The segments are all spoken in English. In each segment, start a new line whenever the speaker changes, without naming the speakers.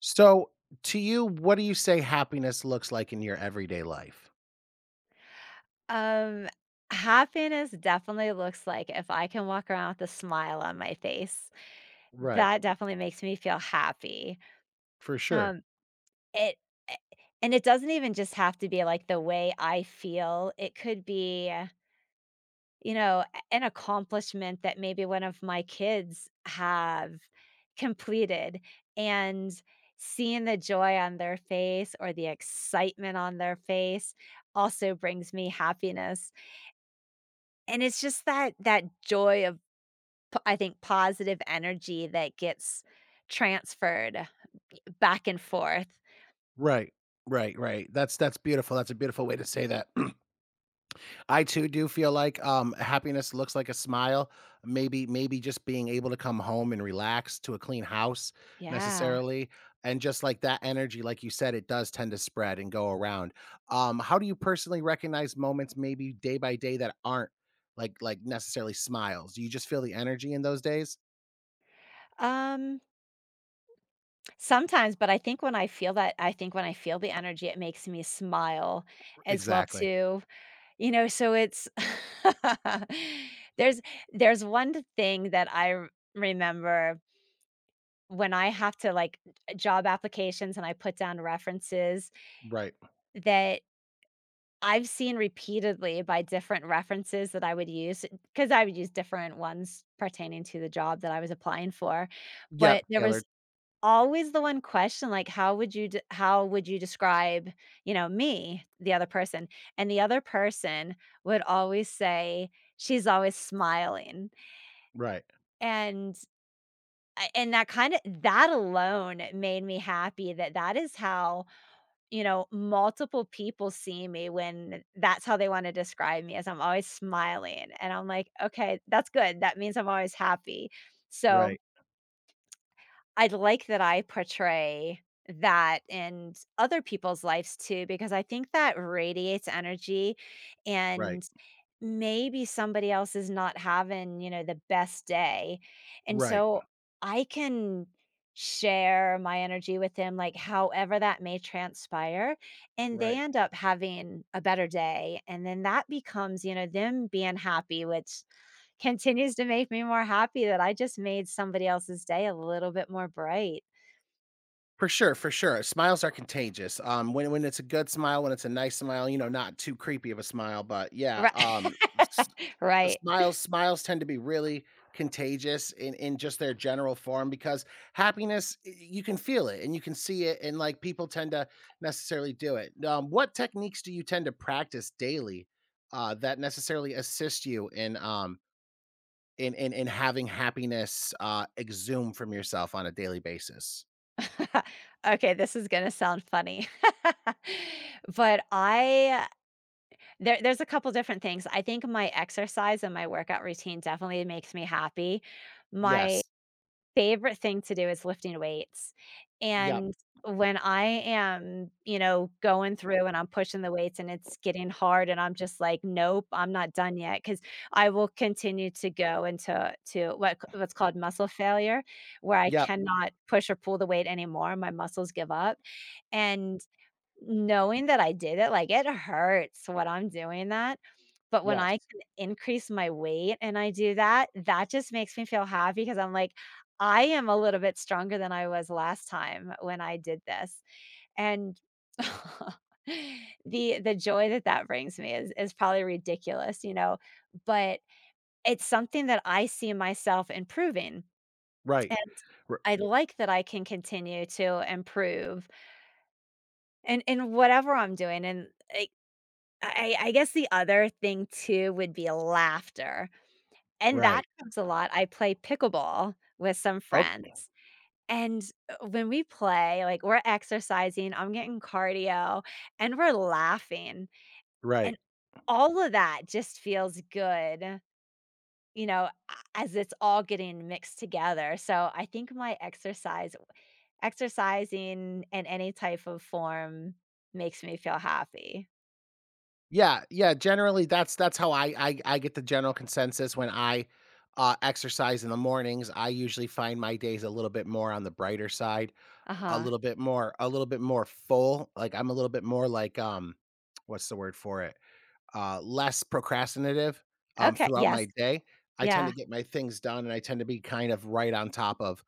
So, to you, what do you say happiness looks like in your everyday life?
Um, Happiness definitely looks like if I can walk around with a smile on my face,
Right.
that definitely makes me feel happy.
For sure.
Um, it a and it doesn't even just have to be, like, the way I feel, it could be, a an accomplishment that maybe one of my kids have completed, and seeing the joy on their face or the excitement on their face also brings me happiness. And it's just that joy of p I think positive energy that gets transferred back and forth.
Right. Right, right. That's beautiful. That's a beautiful way to say that. I too do feel like happiness looks like a smile. Maybe just being able to come home and relax to a clean house
Yeah.
necessarily, and just like that energy, like you said, it does tend to spread and go around. How do you personally recognize moments, maybe day by day, that aren't like necessarily smiles? Do you just feel the energy in those days?
Um, Sometimes, but I think when I feel the energy, it makes me smile as well
Exactly.
too. You know, so it's there's there's one thing that I r remember when I have to, like, job applications and I put down references
Right.
that I've seen repeatedly by different references that I would use because I would use different ones pertaining to the job that I was applying for, but
Yep,
there
tailored.
was always the one question, like, "How would you de how would you describe, me?" The other person, and the other person would always say, "She's always smiling,"
Right,
and I and that kinda that alone made me happy that that is how, you know, multiple people see me when that's how they wanna describe me, as I'm always smiling, and I'm like, "Okay, that's good, that means I'm always happy." So
right,
I would like that I portray that in other people's lives too, because I think that radiates energy,
right,
and maybe somebody else is not having, you know, the best day. And
right,
so I can share my energy with them, like however that may transpire, and they
right.
end up having a better day. And then that becomes, you know, them being happy, which continues to make me more happy that I just made somebody else's day a little bit more bright.
For sure, for sure. Smiles are contagious. When it's a good smile, when it's a nice smile, not too creepy of a smile, but yeah,
Right.
um, s- uh,
Right.
smiles smiles tend to be really contagious in just their general form because happiness you can feel it and you can see it, and like people tend to necessarily do it. What techniques do you tend to practice daily, that necessarily assist you in having happiness, exhume from yourself on a daily basis.
Okay, this is gonna sound funny. But I There's a couple different things. I think my exercise and my workout routine definitely makes me happy. My
Yes.
favorite thing to do is lifting weights,
Yep.
and when I am, you know, going through and I'm pushing the weights and it's getting hard and I'm just like, "Nope, I'm not done yet because I will continue to go into to what c what's called muscle failure, where I
Yep.
cannot push or pull the weight anymore, my muscles give up, and knowing that I did it, like, it hurts when I'm doing that. But when I
Yes.
can increase my weight and I do that, that just makes me feel happy because 'cause I'm like, "I am a little bit stronger than I was last time when I did this," and the joy that that brings me is probably ridiculous, you know, but it's something that I see myself improving,
Right.
and
R
I like that I can continue to improve and in whatever I'm doing, and like, I guess the other thing too would be laughter. And that
right.
comes a lot. I play pickleball with some
Oh,
friends, and, when we play, like, we're exercising, I'm getting cardio, and we're laughing,
right.
and all of that just feels good, you know, a as it's all getting mixed together, so I think my exercise exercising in any type of form makes me feel happy.
Yeah, yeah, generally, that's how I get the general consensus when I, exercise in the mornings, I usually find my days a little bit more on the brighter side, a
Uh-huh.
little bit more a little bit more full, like, I'm a little bit more like, what's the word for it? Less procrastinative,
Okay,
throughout my
yes.
day. I tend to
Yeah,
get my things done, and I tend to be kind of right on top of,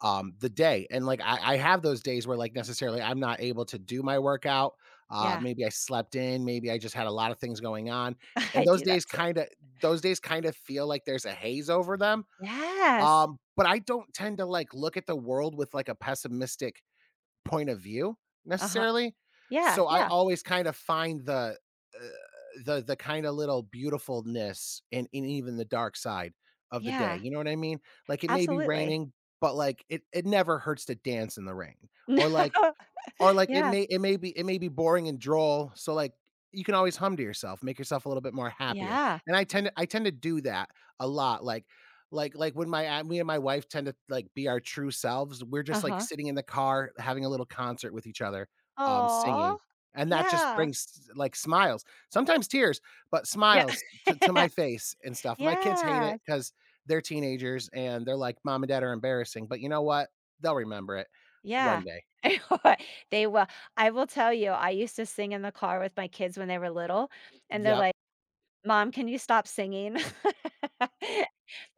the day, and, like, I have those days where, like, necessarily, I'm not able to do my workout.
yeah.
Maybe I slept in, maybe I just had a lot of things going on, and
I
those
do
days
that too.
kind of feel like there's a haze over them.
Yes.
But I don't tend to, like, look at the world with, like, a pessimistic point of view,
Uh-huh.
necessarily.
Yeah,
So I
yeah,
always kind of find the uh, kind of little beautifulness in even the dark side of the day.
yeah.
You know what I mean? Like it may be
Absolutely.
raining, but like it never hurts to dance in the rain.
No.
Or like or like
Yeah.
it may be boring and droll, so like you can always hum to yourself, make yourself a little bit more happier,
Yeah.
and I tend to do that a lot, like when my a me and my wife tend to like be our true selves. We're just like
Uh-huh.
sitting in the car having a little concert with each other, singing,
Oh.
and that just
Yeah.
brings like smiles, sometimes tears, but
Yeah.
smiles to my face and stuff. My kids hate
Yeah.
it because 'cause they're teenagers and they're like, "Mom and dad are embarrassing," but you know what? They'll remember it
Yeah.
one day.
They will. I will tell you, I used to sing in the car with my kids when they were little, and they're
Yep.
like, "Mom, can you stop singing?"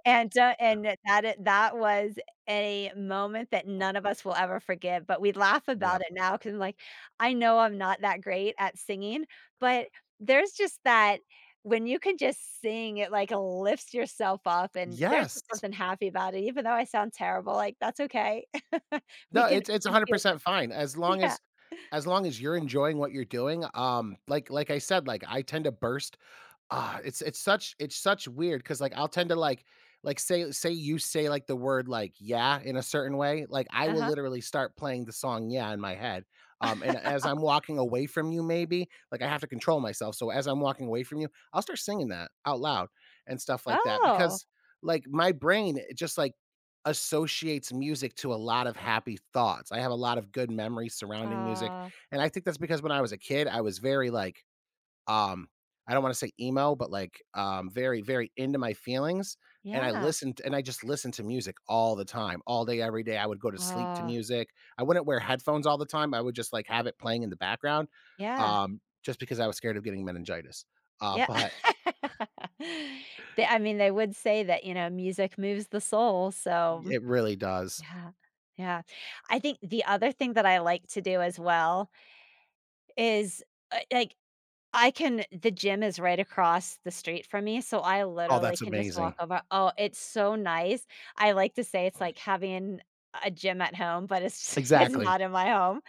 And, that was a moment that none of us will ever forget, but we laugh about
Yep.
it now 'cause I'm like, I know I'm not that great at singing, but there's just that, when you can just sing, it, like, lifts yourself up, and there's
Yes.
just something happy about it, even though I sound terrible, like, that's okay.
No, it's
We
it's
can feel good.
100% fine as long
Yeah.
as as long as you're enjoying what you're doing. Like I said, like I tend to burst. Ah, it's such weird because like, I'll tend to, like, say you say, like, the word, like, "yeah" in a certain way, like, I will
Uh-huh.
literally start playing the song "Yeah" in my head, and as I'm walking away from you, maybe, like, I have to control myself, so as I'm walking away from you, I'll start singing that out loud and stuff like that
Oh.
because, like, my brain, it just, like, associates music to a lot of happy thoughts. I have a lot of good memories surrounding music,
Uh.
and I think that's because when I was a kid, I was very, like, um, I don't want to say emo, but like very, very into my feelings. And I
Yeah.
listened and I just listened to music all the time, all day, every day. I would go to sleep to
Aw.
music. I wouldn't wear headphones all the time. I would just like have it playing in the background,
Yeah.
just because I was scared of getting meningitis.
Yeah.
But
They, I mean, they would say that, you know, music moves the soul, so
it really does.
yeah, yeah. I think the other thing that I like to do as well is, like, I can the gym is right across the street from me, so I
Oh,
literally
that's
can just walk
amazing.
over, oh, it's so nice. I like to say it's like having a gym at home, but it's it's
Exactly.
not in my home.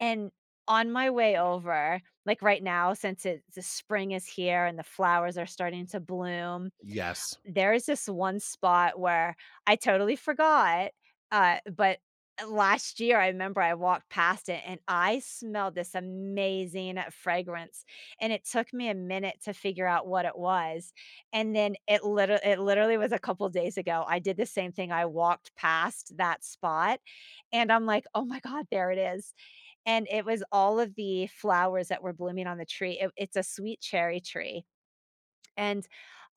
And on my way over, like right now, since it's the spring is here and the flowers are starting to bloom,
Yes.
there is this one spot where I totally forgot. But last year, I remember I walked past it and I smelled this amazing fragrance, and it took me a minute to figure out what it was. And then it literally was a couple days ago. I did the same thing. I walked past that spot, and I'm like, "Oh my god, there it is!" And it was all of the flowers that were blooming on the tree. It's a sweet cherry tree, and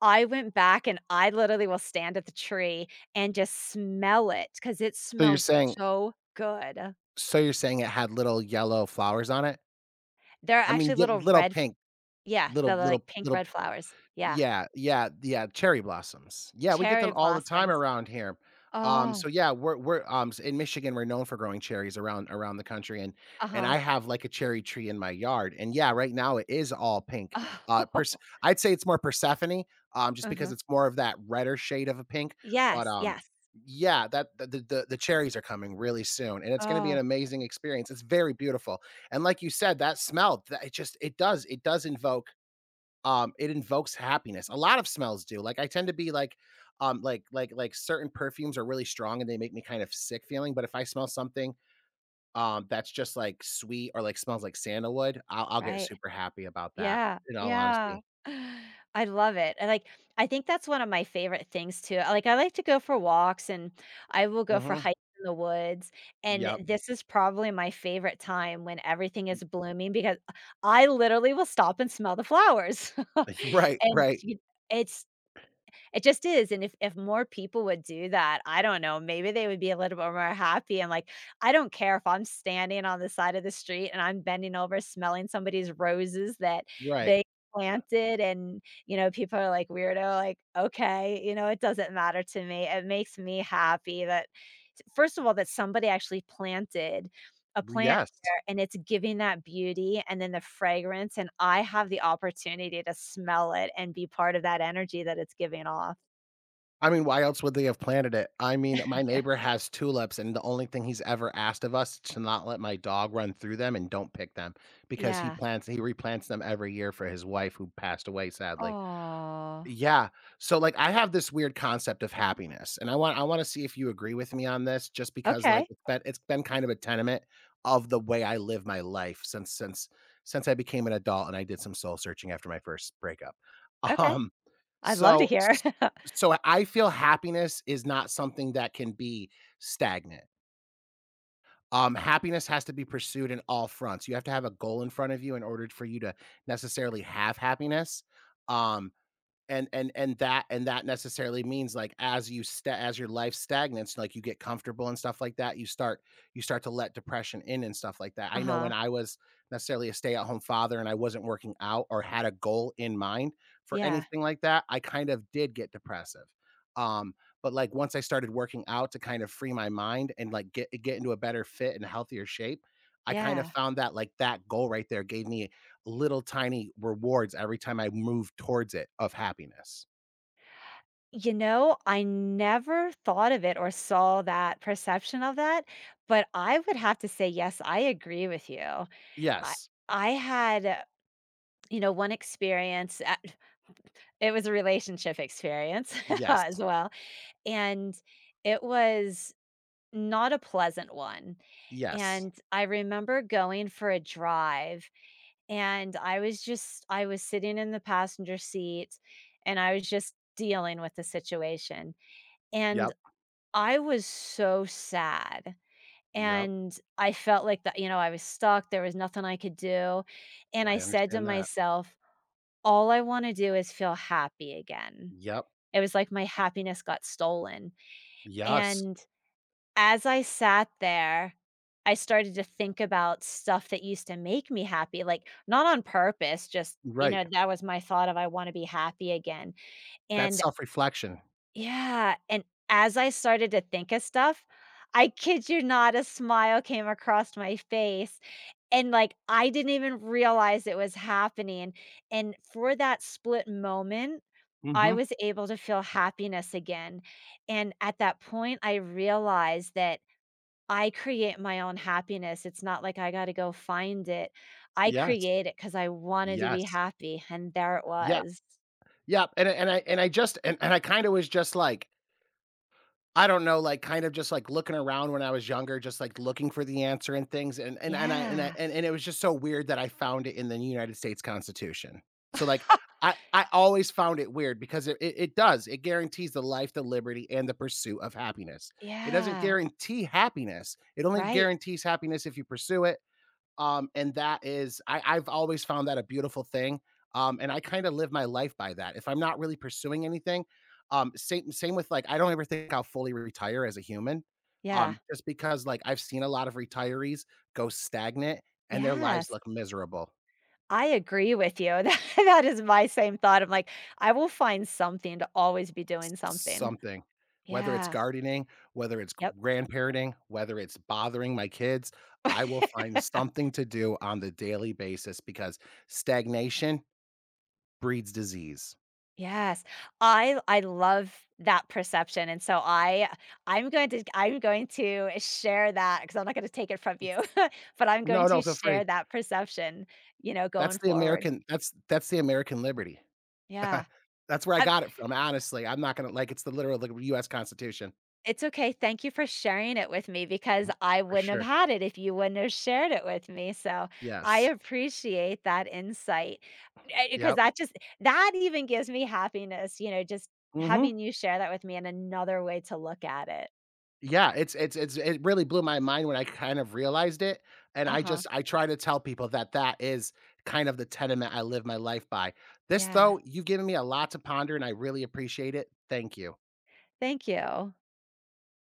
I went back and I literally will stand at the tree and just smell it because it
So you're
smells
saying,
so good.
so you're saying it had little yellow flowers on it?
There are
I mean,
actually little
little
red f
pink,
yeah, the,
little,
like,
little,
pink
little
red flowers. Yeah,
Yeah, yeah, yeah, cherry blossoms. Yeah, we get
cherry
them all the time
blossoms.
around here.
Oh,
So yeah, we're in Michigan. We're known for growing cherries around the country, and
uh-huh.
I have like a cherry tree in my yard, and yeah, right now it is all pink. I'd say it's more Persephone, just
Oh,
because
huh.
it's more of that redder shade of a pink. But
Yes, yes.
yeah, that the cherries are coming really soon, and it's going to be an
Oh,
amazing experience. It's very beautiful, and like you said, that smell, that it just it does invoke it invokes happiness. A lot of smells do. Like I tend to be like, certain perfumes are really strong and they make me kind of sick feeling. But if I smell something that's just like sweet or like smells like sandalwood, I'll get
right.
super happy about that.
Yeah,
In all
yeah.
honesty.
I love it, and, like, I think that's one of my favorite things too. Like, I like to go for walks, and I will go for
Hmm.
hikes in the woods, and
Yep.
this is probably my favorite time when everything is blooming because I literally will stop and smell the flowers,
Right.
and
Right.
you it's it just is, and if more people would do that, I don't know, maybe they would be a little bit more happy and, like, I don't care if I'm standing on the side of the street and I'm bending over smelling somebody's roses that
Right.
they planted and, you know, people are like, "Weirdo," like, "Okay," you know, it doesn't matter to me. It makes me happy that, first of all, that somebody actually planted a plant
Yes.
and it's giving that beauty and then the fragrance, and I have the opportunity to smell it and be part of that energy that it's giving off.
I mean, why else would they have planted it? I mean, my neighbor has tulips, and the only thing he's ever asked of us is to not let my dog run through them and don't pick them because he
Yeah.
plants he replants them every year for his wife, who passed away, sadly.
Oh.
Yeah. So like I have this weird concept of happiness, and I want to see if you agree with me on this, just because like
Okay,
it's been kind of a tenement of the way I live my life since I became an adult, and I did some soul searching after my first breakup.
okay.
Um
I'd love to
so
hear.
s- so I feel happiness is not something that can be stagnant. Happiness has to be pursued in all fronts. You have to have a goal in front of you in order for you to necessarily have happiness. Um and that necessarily means like as you sta as your life stagnates, like you get comfortable and stuff like that, you start to let depression in and stuff like that. I know
Uh-huh.
when I was necessarily a stay-at-home father and I wasn't working out or had a goal in mind for
Yeah,
anything like that, I kind of did get depressive. um but like once I started working out to kind of free my mind and like get into a better fit and healthier shape, I kind of
yeah.
found that like that goal right there gave me little tiny rewards every time I move towards it of happiness.
You know, I never thought of it or saw that perception of that, but I would have to say, yes, I agree with you. I
Yes.
I had, you know, one experience, it was a relationship experience
Yes.
as well, and it was not a pleasant one.
Yes.
And I remember going for a drive, and I was sitting in the passenger seat, and I was just dealing with the situation, and
Yep.
I was so sad,
Yep.
and I felt like that, you know, I was stuck, there was nothing I could do, and I
I
said to
understand that.
myself, "All I wanna do is feel happy again."
Yep.
It was like my happiness got stolen,
Yes.
and as I sat there, I started to think about stuff that used to make me happy, like, not on purpose, just, you know,
Right.
that was my thought of I wanna be happy again,
That's
and
self-reflection.
yeah, and as I started to think of stuff, I kid you not, a smile came across my face, and, like, I didn't even realize it was happening, and for that split moment, I
Mhm.
was able to feel happiness again, and at that point, I realized that I create my own happiness. It's not like I gotta go find it. I
Yes.
create it because I wanted to be
Yes.
happy, and there it
Yeah.
was.
Yep. And I just and I kinda was just like, I don't know, like, kind of just, like, looking around when I was younger, just, like, looking for the answer and things, and I and I
Yeah.
and it was just so weird that I found it in the United States Constitution. So, like, I always found it weird because it does, it guarantees the life, the liberty, and the pursuit of happiness. It doesn't
Yeah.
guarantee happiness, it only
Right.
guarantees happiness if you pursue it, and that is I've always found that a beautiful thing, and I kinda live my life by that. If I'm not really pursuing anything, same with, like, I don't ever think I'll fully retire as a human,
Yeah.
just because, like, I've seen a lot of retirees go stagnant and their lives
Yes.
look miserable.
I agree with you. That is my same thought. I'm like, I will find something to always be
S
doing something.
something. Whether it's
Yeah.
gardening, whether it's
Yep.
grandparenting, whether it's bothering my kids, I will find something to do on the daily basis because stagnation breeds disease.
Yes. I love that perception, and so I I'm going to share that because I'm not gonna take it from you, but I'm going
No, no,
to
feel free.
share that perception, you know,
That's
going
the
forward.
American that's that's the American liberty.
Yeah.
That's where I
Um,
got it from, honestly. I'm not gonna like, it's the literal, like, US Constitution.
it's okay. Thank you for sharing it with me because
Mhm.
I
For
wouldn't have
sure.
had it if you wouldn't have shared it with me, so I
Yes.
appreciate that insight, because
Yep.
that just, that even gives me happiness, you know, just
Mhm.
having you share that with me and another way to look at it.
Yeah, it really blew my mind when I kind of realized it, and
Uh-huh.
I try to tell people that that is kind of the tenement I live my life by. This,
Yeah.
though, you've given me a lot to ponder, and I really appreciate it. Thank you.
Thank you.